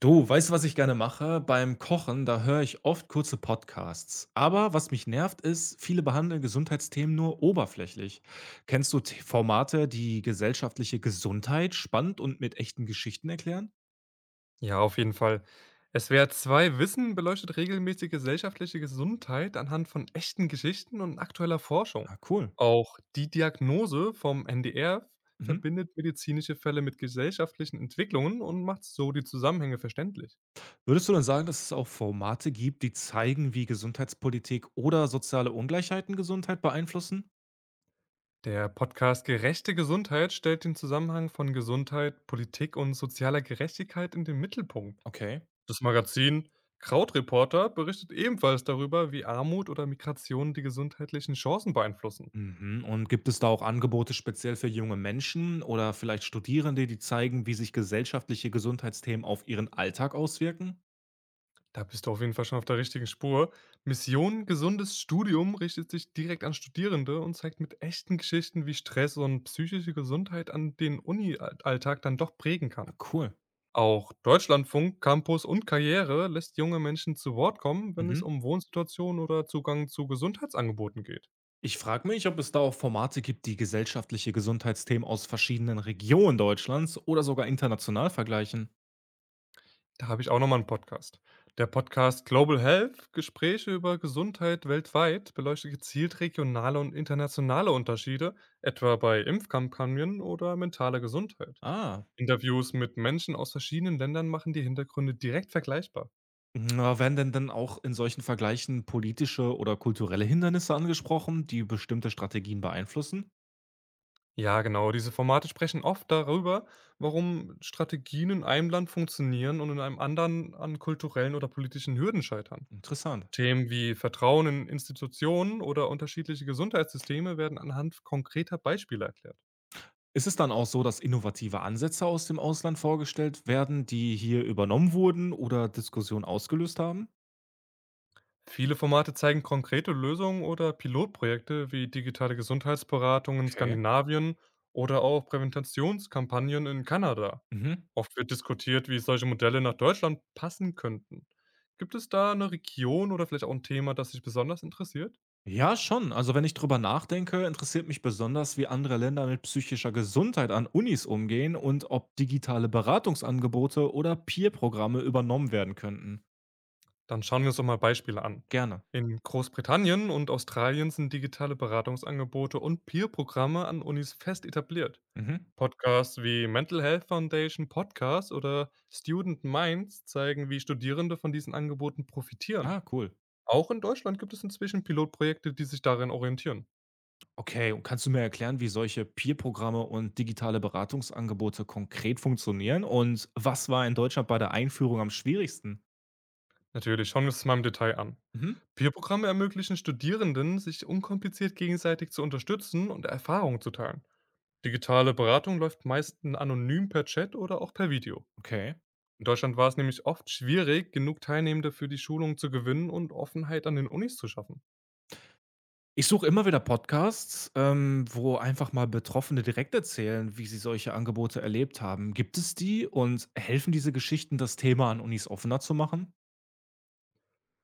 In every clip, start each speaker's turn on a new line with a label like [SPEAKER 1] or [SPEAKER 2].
[SPEAKER 1] Du, weißt du, was ich gerne mache? Beim Kochen, da höre ich oft kurze Podcasts. Aber was mich nervt, ist, viele behandeln Gesundheitsthemen nur oberflächlich. Kennst du Formate, die gesellschaftliche Gesundheit spannend und mit echten Geschichten erklären?
[SPEAKER 2] Ja, auf jeden Fall. SWR zwei Wissen beleuchtet regelmäßig gesellschaftliche Gesundheit anhand von echten Geschichten und aktueller Forschung.
[SPEAKER 1] Ah, cool.
[SPEAKER 2] Auch die Diagnose vom NDR
[SPEAKER 1] Mhm.
[SPEAKER 2] verbindet medizinische Fälle mit gesellschaftlichen Entwicklungen und macht so die Zusammenhänge verständlich.
[SPEAKER 1] Würdest du dann sagen, dass es auch Formate gibt, die zeigen, wie Gesundheitspolitik oder soziale Ungleichheiten Gesundheit beeinflussen?
[SPEAKER 2] Der Podcast Gerechte Gesundheit stellt den Zusammenhang von Gesundheit, Politik und sozialer Gerechtigkeit in den Mittelpunkt.
[SPEAKER 1] Okay.
[SPEAKER 2] Das Magazin Krautreporter berichtet ebenfalls darüber, wie Armut oder Migration die gesundheitlichen Chancen beeinflussen.
[SPEAKER 1] Mhm. Und gibt es da auch Angebote speziell für junge Menschen oder vielleicht Studierende, die zeigen, wie sich gesellschaftliche Gesundheitsthemen auf ihren Alltag auswirken?
[SPEAKER 2] Da bist du auf jeden Fall schon auf der richtigen Spur. Mission Gesundes Studium richtet sich direkt an Studierende und zeigt mit echten Geschichten, wie Stress und psychische Gesundheit an den Uni-Alltag dann doch prägen
[SPEAKER 1] Ah,
[SPEAKER 2] kann.
[SPEAKER 1] cool.
[SPEAKER 2] Auch Deutschlandfunk, Campus und Karriere lässt junge Menschen zu Wort kommen, wenn es
[SPEAKER 1] Mhm.
[SPEAKER 2] um Wohnsituationen oder Zugang zu Gesundheitsangeboten geht.
[SPEAKER 1] Ich frage mich, ob es da auch Formate gibt, die gesellschaftliche Gesundheitsthemen aus verschiedenen Regionen Deutschlands oder sogar international vergleichen.
[SPEAKER 2] Da habe ich auch nochmal einen Podcast. Der Podcast „Global Health: Gespräche über Gesundheit weltweit“ beleuchtet gezielt regionale und internationale Unterschiede, etwa bei Impfkampagnen oder mentaler Gesundheit.
[SPEAKER 1] Ah.
[SPEAKER 2] Interviews mit Menschen aus verschiedenen Ländern machen die Hintergründe direkt vergleichbar.
[SPEAKER 1] Na, werden denn dann auch in solchen Vergleichen politische oder kulturelle Hindernisse angesprochen, die bestimmte Strategien beeinflussen?
[SPEAKER 2] Ja, genau, diese Formate sprechen oft darüber, warum Strategien in einem Land funktionieren und in einem anderen an kulturellen oder politischen Hürden scheitern.
[SPEAKER 1] Interessant.
[SPEAKER 2] Themen wie Vertrauen in Institutionen oder unterschiedliche Gesundheitssysteme werden anhand konkreter Beispiele erklärt.
[SPEAKER 1] Ist es dann auch so, dass innovative Ansätze aus dem Ausland vorgestellt werden, die hier übernommen wurden oder Diskussionen ausgelöst haben?
[SPEAKER 2] Viele Formate zeigen konkrete Lösungen oder Pilotprojekte wie digitale Gesundheitsberatung in
[SPEAKER 1] Okay.
[SPEAKER 2] Skandinavien oder auch Präventationskampagnen in Kanada.
[SPEAKER 1] Mhm.
[SPEAKER 2] Oft wird diskutiert, wie solche Modelle nach Deutschland passen könnten. Gibt es da eine Region oder vielleicht auch ein Thema, das dich besonders interessiert?
[SPEAKER 1] Ja, schon. Also wenn ich drüber nachdenke, interessiert mich besonders, wie andere Länder mit psychischer Gesundheit an Unis umgehen und ob digitale Beratungsangebote oder Peer-Programme übernommen werden könnten.
[SPEAKER 2] Dann schauen wir uns doch mal Beispiele an.
[SPEAKER 1] Gerne.
[SPEAKER 2] In Großbritannien und Australien sind digitale Beratungsangebote und Peer-Programme an Unis fest etabliert.
[SPEAKER 1] Mhm.
[SPEAKER 2] Podcasts wie Mental Health Foundation Podcast oder Student Minds zeigen, wie Studierende von diesen Angeboten profitieren.
[SPEAKER 1] Ah, cool.
[SPEAKER 2] Auch in Deutschland gibt es inzwischen Pilotprojekte, die sich darin orientieren.
[SPEAKER 1] Okay, und kannst du mir erklären, wie solche Peer-Programme und digitale Beratungsangebote konkret funktionieren? Und was war in Deutschland bei der Einführung am schwierigsten?
[SPEAKER 2] Natürlich, schauen wir uns das mal im Detail an.
[SPEAKER 1] Mhm.
[SPEAKER 2] Peer-Programme ermöglichen Studierenden, sich unkompliziert gegenseitig zu unterstützen und Erfahrungen zu teilen. Digitale Beratung läuft meist anonym per Chat oder auch per Video.
[SPEAKER 1] Okay.
[SPEAKER 2] In Deutschland war es nämlich oft schwierig, genug Teilnehmende für die Schulung zu gewinnen und Offenheit an den Unis zu schaffen.
[SPEAKER 1] Ich suche immer wieder Podcasts, wo einfach mal Betroffene direkt erzählen, wie sie solche Angebote erlebt haben. Gibt es die und helfen diese Geschichten, das Thema an Unis offener zu machen?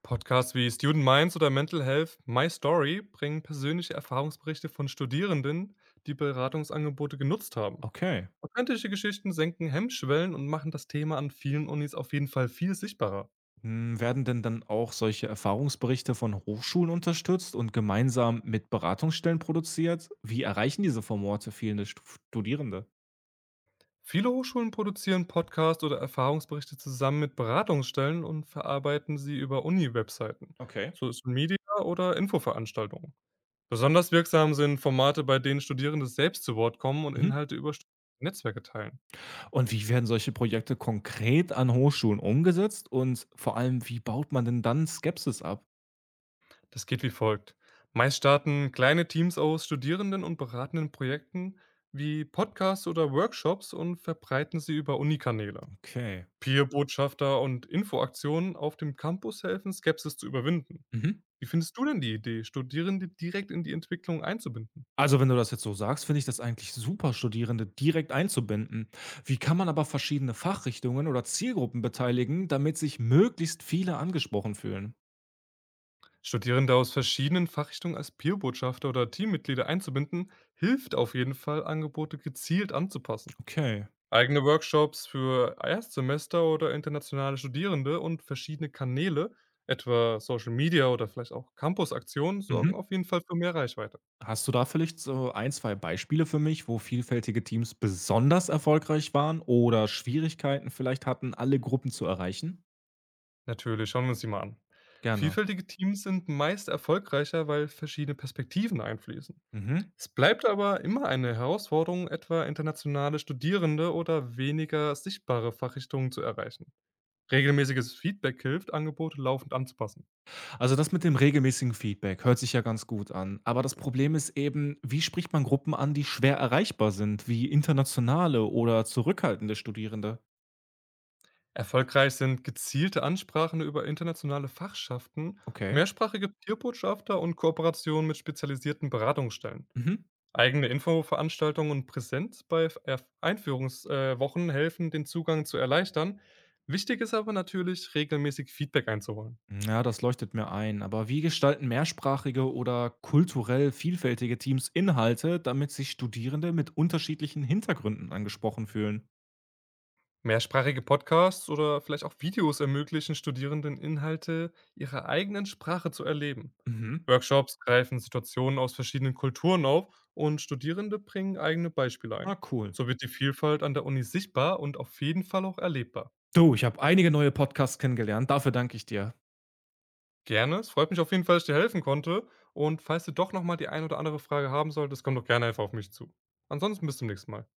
[SPEAKER 2] Podcasts wie Student Minds oder Mental Health My Story bringen persönliche Erfahrungsberichte von Studierenden, die Beratungsangebote genutzt haben.
[SPEAKER 1] Okay.
[SPEAKER 2] Authentische Geschichten senken Hemmschwellen und machen das Thema an vielen Unis auf jeden Fall viel sichtbarer.
[SPEAKER 1] Hm, werden denn dann auch solche Erfahrungsberichte von Hochschulen unterstützt und gemeinsam mit Beratungsstellen produziert? Wie erreichen diese Formate fehlende Studierende?
[SPEAKER 2] Viele Hochschulen produzieren Podcasts oder Erfahrungsberichte zusammen mit Beratungsstellen und verarbeiten sie über Uni-Webseiten,
[SPEAKER 1] Okay.
[SPEAKER 2] Social Media oder Infoveranstaltungen. Besonders wirksam sind Formate, bei denen Studierende selbst zu Wort kommen und
[SPEAKER 1] Mhm.
[SPEAKER 2] Inhalte über Stud- Netzwerke teilen.
[SPEAKER 1] Und wie werden solche Projekte konkret an Hochschulen umgesetzt und vor allem, wie baut man denn dann Skepsis ab?
[SPEAKER 2] Das geht wie folgt. Meist starten kleine Teams aus Studierenden und beratenden Projekten wie Podcasts oder Workshops und verbreiten sie über Unikanäle.
[SPEAKER 1] Okay.
[SPEAKER 2] Peer-Botschafter und Infoaktionen auf dem Campus helfen, Skepsis zu überwinden.
[SPEAKER 1] Mhm.
[SPEAKER 2] Wie findest du denn die Idee, Studierende direkt in die Entwicklung einzubinden?
[SPEAKER 1] Also, wenn du das jetzt so sagst, finde ich das eigentlich super, Studierende direkt einzubinden. Wie kann man aber verschiedene Fachrichtungen oder Zielgruppen beteiligen, damit sich möglichst viele angesprochen fühlen?
[SPEAKER 2] Studierende aus verschiedenen Fachrichtungen als Peerbotschafter oder Teammitglieder einzubinden, hilft auf jeden Fall, Angebote gezielt anzupassen.
[SPEAKER 1] Okay.
[SPEAKER 2] Eigene Workshops für Erstsemester oder internationale Studierende und verschiedene Kanäle, etwa Social Media oder vielleicht auch Campus-Aktionen, sorgen
[SPEAKER 1] Mhm.
[SPEAKER 2] auf jeden Fall für mehr Reichweite.
[SPEAKER 1] Hast du da vielleicht so ein, zwei Beispiele für mich, wo vielfältige Teams besonders erfolgreich waren oder Schwierigkeiten vielleicht hatten, alle Gruppen zu erreichen?
[SPEAKER 2] Natürlich, schauen wir uns die mal an.
[SPEAKER 1] Gerne.
[SPEAKER 2] Vielfältige Teams sind meist erfolgreicher, weil verschiedene Perspektiven einfließen.
[SPEAKER 1] Mhm.
[SPEAKER 2] Es bleibt aber immer eine Herausforderung, etwa internationale Studierende oder weniger sichtbare Fachrichtungen zu erreichen. Regelmäßiges Feedback hilft, Angebote laufend anzupassen.
[SPEAKER 1] Also das mit dem regelmäßigen Feedback hört sich ja ganz gut an. Aber das Problem ist eben, wie spricht man Gruppen an, die schwer erreichbar sind, wie internationale oder zurückhaltende Studierende?
[SPEAKER 2] Erfolgreich sind gezielte Ansprachen über internationale Fachschaften,
[SPEAKER 1] Okay.
[SPEAKER 2] mehrsprachige Peerbotschafter und Kooperationen mit spezialisierten Beratungsstellen.
[SPEAKER 1] Mhm.
[SPEAKER 2] Eigene Infoveranstaltungen und Präsenz bei Einführungswochen helfen, den Zugang zu erleichtern. Wichtig ist aber natürlich, regelmäßig Feedback einzuholen.
[SPEAKER 1] Ja, das leuchtet mir ein. Aber wie gestalten mehrsprachige oder kulturell vielfältige Teams Inhalte, damit sich Studierende mit unterschiedlichen Hintergründen angesprochen fühlen?
[SPEAKER 2] Mehrsprachige Podcasts oder vielleicht auch Videos ermöglichen Studierenden Inhalte ihrer eigenen Sprache zu erleben.
[SPEAKER 1] Mhm.
[SPEAKER 2] Workshops greifen Situationen aus verschiedenen Kulturen auf und Studierende bringen eigene Beispiele
[SPEAKER 1] Ah,
[SPEAKER 2] ein.
[SPEAKER 1] cool.
[SPEAKER 2] So wird die Vielfalt an der Uni sichtbar und auf jeden Fall auch erlebbar.
[SPEAKER 1] Du, ich habe einige neue Podcasts kennengelernt. Dafür danke ich dir.
[SPEAKER 2] Gerne, es freut mich auf jeden Fall, dass ich dir helfen konnte. Und falls du doch nochmal die ein oder andere Frage haben solltest, komm doch gerne einfach auf mich zu. Ansonsten bis zum nächsten Mal.